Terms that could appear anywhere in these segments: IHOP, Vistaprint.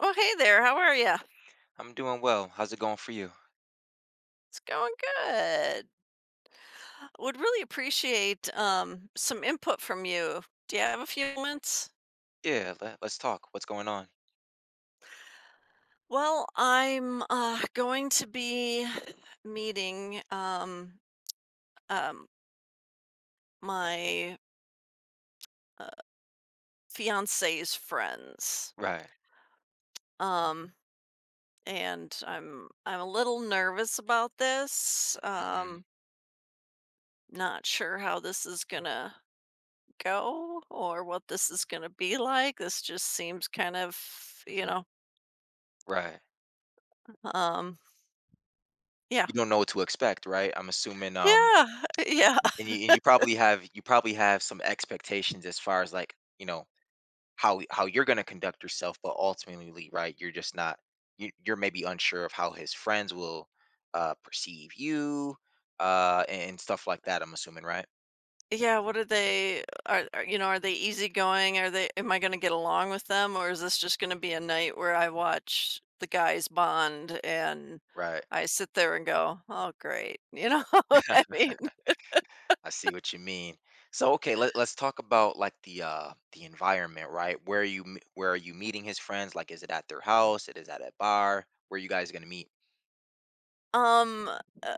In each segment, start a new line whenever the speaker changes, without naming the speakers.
Oh, hey there. How are you?
I'm doing well. How's it going for you?
It's going good. Would really appreciate some input from you. Do you have a few moments?
Yeah, let's talk. What's going on?
Well, I'm going to be meeting um, my uh, fiance's friends,
Right.
um, and I'm a little nervous about this.
Hmm.
Not sure how this is gonna go or what this is gonna be like. This just seems kind of, you
Hmm.
know.
Right.
Um, yeah.
You don't know what to expect, right? I'm assuming,
Yeah, yeah,
and you probably have some expectations as far as, how you're going to conduct yourself, but ultimately, right, you're just not you you're maybe unsure of how his friends will perceive you, and stuff like that, I'm assuming, right?
yeah, what are they are, you know, are they easygoing? Are they am I gonna get along with them, or is this just gonna be a night where I watch the guys bond and
Right.
I sit there and go, "Oh, great." You know? I mean,
I see what you mean. So okay, let's talk about like the environment, right? Where are you where are you meeting his friends? Like, is it at their house? It is at a bar? Where you guys gonna meet?
um, uh,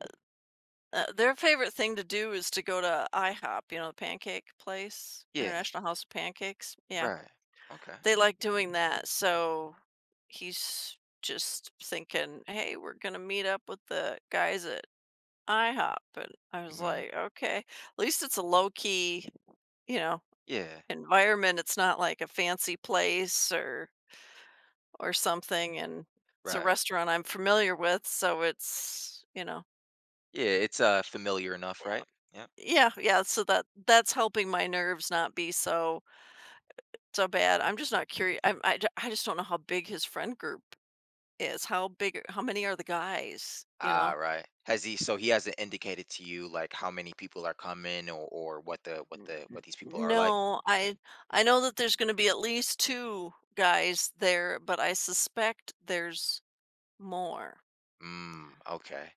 their favorite thing to do is to go to IHOP, you know, the pancake place,
Yeah,
International House of Pancakes? Yeah.
right. Okay.
They like doing that, so he's just thinking, "Hey, we're gonna meet up with the guys at IHOP," and I was
Hmm.
like, "Okay, at least it's a low-key, you know,
Yeah,
environment, it's not like a fancy place or something, and it's a
right.
restaurant I'm familiar with, so it's, you know."
Yeah, it's familiar enough,
Yeah.
right? Yeah.
Yeah, yeah, so that's helping my nerves not be so so bad, I'm just not curious. I just don't know how big his friend group is how big how many are the guys, you
Ah,
know?
right. Has he, so he hasn't indicated to you like how many people are coming, or what
"N n
these people are like?
no, I know that there's gonna be at least two guys there, but I suspect there's more.
Mm, okay.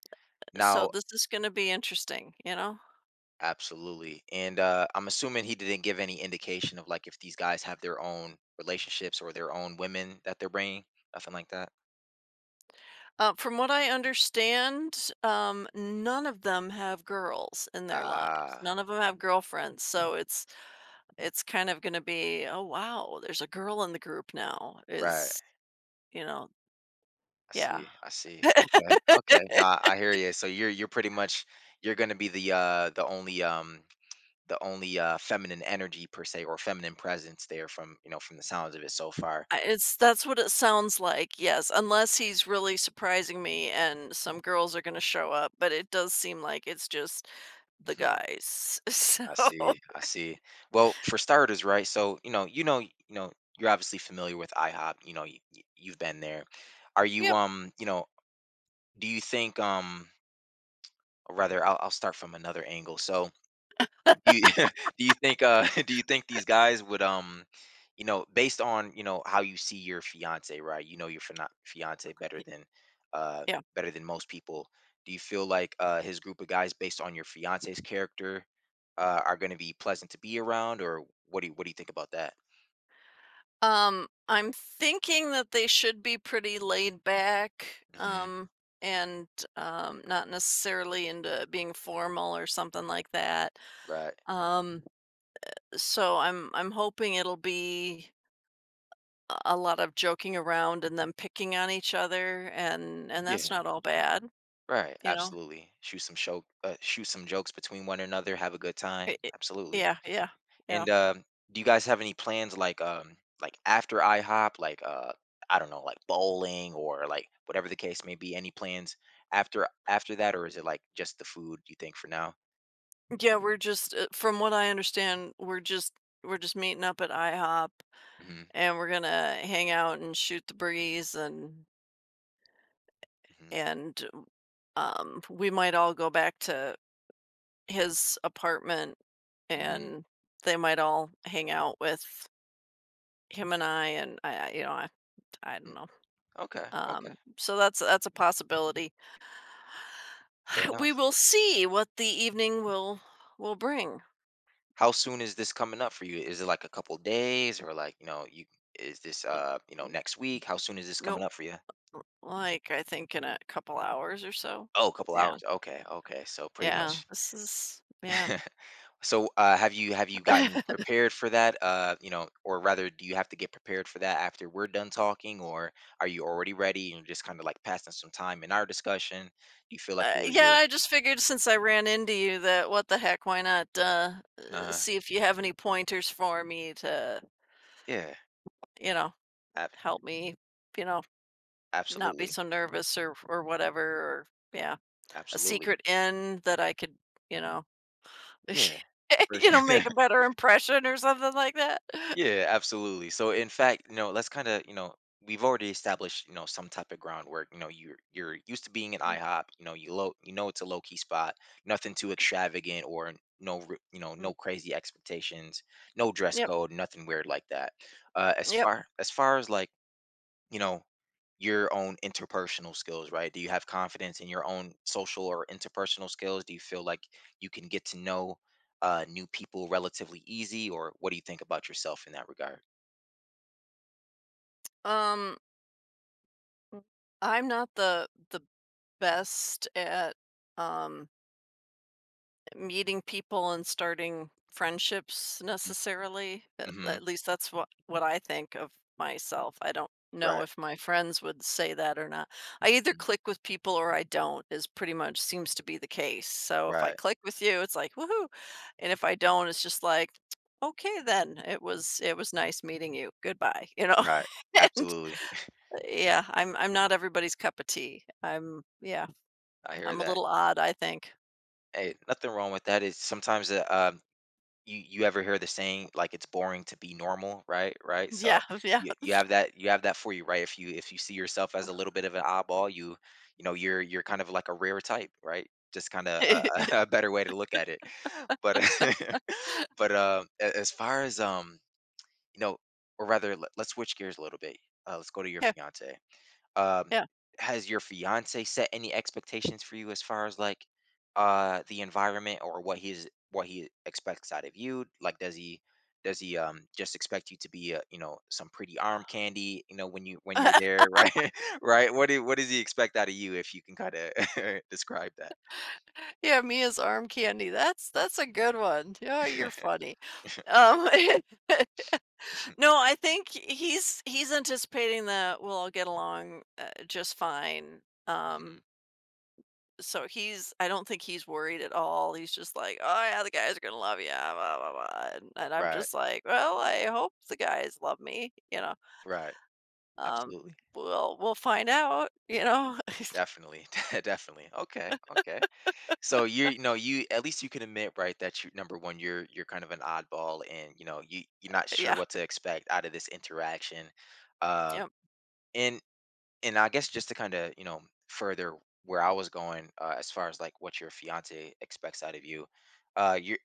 So
Now,
this is gonna be interesting, you know?
absolutely. And I'm assuming he didn't give any indication of like if these guys have their own relationships or their own women that they're bringing, nothing like that.
From what I understand, none of them have girls in their lives.
Ah,
None of them have girlfriends, so it's kind of gonna be, "Oh, wow, there's a girl in the group now,"
right.
is you know?
I
Yeah.
see. I see. Okay. Okay. Nah, I hear you. So you're pretty much you're gonna be the only the only feminine energy per se, or feminine presence there, from from the sounds of it so far.
I it's that's what it sounds like, yes, unless he's really surprising me and some girls are gonna show up, but it does seem like it's just the guys. So,
I see. I see. Well, for starters, right? So, you know, you're obviously familiar with IHOP. You've been there. Are you,
yep,
do you think, or rather, I'll start from another angle. So, do you do you think do you think these guys would, based on, how you see your fiance, right, you know your fiance uh
yeah.
better than most people, do you feel like his group of guys, based on your fiance's character, are going to be pleasant to be around, or what do you think about that?
I'm thinking that they should be pretty laid back,
Hmm.
and, not necessarily into being formal or something like that.
Right.
Um, so I'm hoping it'll be a lot of joking around and them picking on each other and that's
Yeah,
not all bad,
right,
you know?
absolutely. Shoot some jokes between one another, have a good time.
I
Absolutely.
yeah, yeah, yeah.
And do you guys have any plans like, like after IHOP, like, I don't know, like bowling, or like whatever the case may be? Any plans after that, or is it like just the food, you think, for now?
Yeah, we're just, from what I understand, we're just meeting up at IHOP
Mm-hmm.
and we're gonna hang out and shoot the breeze
Hmm.
and, we might all go back to his apartment
Hmm.
and they might all hang out with him and I and I you know, I don't know.
Okay, okay,
So that's a possibility.
fair enough.
We will see what the evening will bring.
How soon is this coming up for you? Is it like a couple days, or, like, you know, you is this,
But n-
next week? How soon is this
no,
coming up for you?
like I think in a couple hours or so.
Oh, a couple
Yeah,
hours. Okay, okay. So pretty
yeah.
much
This is yeah,
so, have you gotten
uh,
prepared for that? Or rather, do you have to get prepared for that after we're done talking, or are you already ready and just kind of like passing some time in our discussion? Do you feel like you're
yeah.
you're
I just figured since I ran into you that what the heck, why not
uh
see if you have any pointers for me to
yeah,
you know
ab-
help me, you know, not be
absolutely,
so nervous or whatever. Or yeah, a
absolutely,
secret in that I could you know.
yeah, for
You know,
sure.
make a better impression or something like that.
Yeah, absolutely. So in fact, let's kind of, we've already established, some type of groundwork. You're used to being an IHOP, you know, you low you know it's a low key spot, nothing too extravagant, or no
Mhm.
crazy expectations, no dress
Yep,
code, nothing weird like that. As
yep.
far as far as like, you know your own interpersonal skills, right, do you have confidence in your own social or interpersonal skills? Do you feel like you can get to know, new people relatively easy, or what do you think about yourself in that regard?
Um, I'm not the best at, um meeting people and starting friendships necessarily. At,
Mm-hmm.
at least that's what I think of myself. I don't know
Right.
if my friends would say that or not. I either
Mm,
click with people or I don't is pretty much seems to be the case. So if I
right,
click with you, it's like woohoo. And if I don't, it's just like okay then. It was nice meeting you. Goodbye, you know.
right,
And
absolutely.
yeah, I'm not everybody's cup of tea. I'm yeah,
I hear
I'm a
that.
little odd, I think.
Hey, nothing wrong with that. It's sometimes, you, you ever hear the saying like it's boring to be normal, right? Right. So
Yeah, yeah.
you have that, you have that for you, right? If you, if you see yourself as a little bit of an oddball, you're kind of like a rare type, right? Just kind of a, a better way to look at it, but but as far as, you know or rather, us switch gears a little bit. Let's go to your
Yeah,
fiance. um,
yeah.
has your fiance set any expectations for you as far as like, the environment, or what he's what he expects out of you? Like, does he just expect you to be, some pretty arm candy, when you, when you're there, right? Right, what do what does he expect out of you, if you can kind of describe that?
Yeah, Mia's arm candy. That's a good one. Yeah, you're funny. Um, no, I think he's anticipating that we'll all get along, just fine. Um,
Mhm.
so he's I don't think he's worried at all. He's just like, "Oh, yeah, the guys are gonna love you, ah, blah, blah, blah," and I'm
Right,
just like, "Well, I hope the guys love me," you know?
right,
Um,
absolutely.
we'll find out, you know?
Definitely. Definitely. Okay, okay. So you're, you at least you can admit, right, that you, number one, you're kind of an oddball, and, you know, you're not sure
Yeah,
what to expect out of this interaction. Um,
yep.
and I guess, just to kind of, further where I was going, as far as like what your fiance expects out of you, you're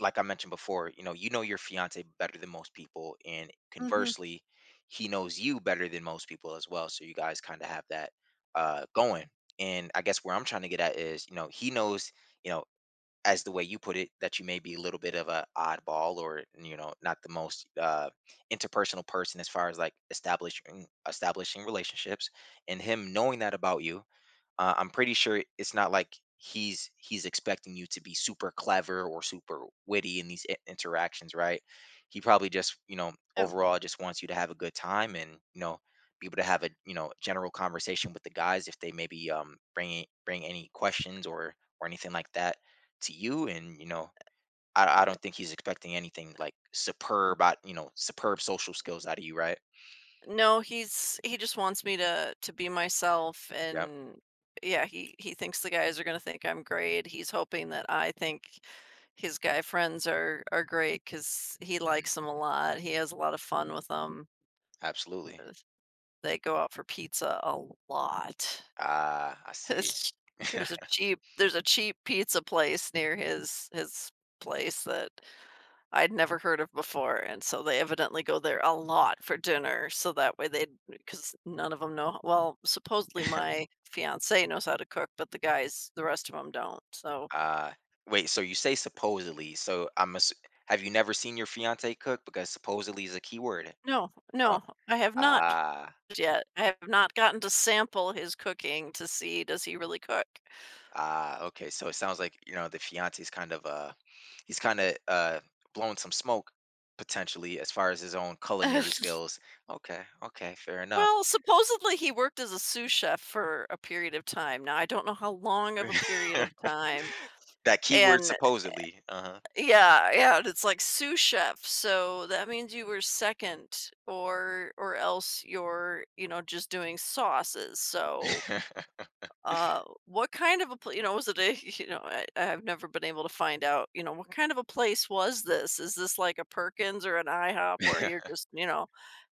like I mentioned before, you know your fiance better than most people, and
Mhm,
conversely, he knows you better than most people as well. So you guys kind of have that, going. And I guess where I'm trying to get at is, he knows, you know as the way you put it, that you may be a little bit of a oddball, or, not the most, interpersonal person, as far as like establishing relationships, and him knowing that about you, I'm pretty sure it's not like he's expecting you to be super clever or super witty in these interactions, right? He probably just,
yeah.
overall just wants you to have a good time, and, be able to have a, general conversation with the guys if they maybe bring any questions or anything like that to you, and, I don't think he's expecting anything like superb, superb social skills out of you, right?
No, he's he just wants me to be myself
Yep.
and yeah, he thinks the guys are going to think I'm great. He's hoping that I think his guy friends are great cuz he
Mhm.
likes them a lot. He has a lot of fun with them.
Absolutely.
Uh, They go out for pizza a lot.
Ah, I see.
There's a cheap pizza place near his place that I'd never heard of before, and so they evidently go there a lot for dinner, so that way they'd because none of them know well, supposedly my fiancé knows how to cook, but the guys the rest of them 'em don't, so
Uh, wait, so you say supposedly. So I'm have you never seen your fiance cook? Because supposedly is a keyword.
no,
Oh,
I have not
ah,
yet. I have not gotten to sample his cooking to see does he really cook.
ah, okay. So it sounds like, the fiance's kind of he's kind of blowing some smoke potentially as far as his own culinary skills. Okay, okay, fair enough.
Well, supposedly he worked as a sous chef for a period of time. Now I don't know how long of a period of time,
That keyword
and
supposedly. Uh-huh.
yeah, yeah, and it's like sous chef, so that means you were second or else you're, you know, just doing sauces. So what kind of a pl you know, was it a you know, I've never been able to find out, you know, what kind of a place was this? Is this like a Perkins or an IHOP where you're just, you know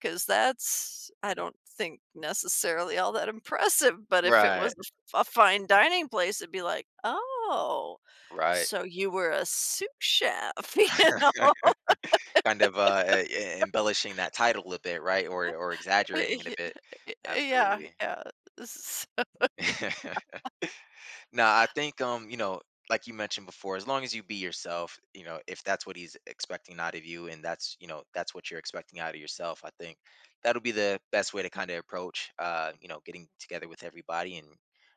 because that's, I don't think necessarily all that impressive, but if it
Right,
was a fine dining place, it'd be like, "Oh,
right.
so you were a sous chef," you know?
Kind of, e embellishing that title a bit, right? Or exaggerating it a bit.
Yeah,
Absolutely.
yeah. S
No, I think, like you mentioned before, as long as you be yourself, if that's what he's expecting out of you, and that's, that's what you're expecting out of yourself, I think that'll be the best way to kind of approach, getting together with everybody, and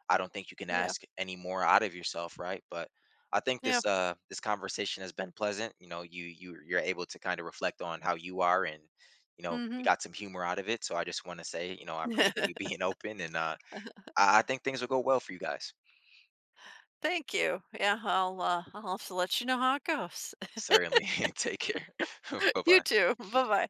I don't think you can
yeah,
ask any more out of yourself, right? But I think
yeah.
this this conversation has been pleasant. You're able to kind of reflect on how you are, and, we
Mhm.
got some humor out of it. So I just want to say, I appreciate you being open, and I think things will go well for you guys.
Thank you. Yeah, I'll have to let you know how it goes.
Certainly. Take care. Bye
You
bye.
too. Bye bye.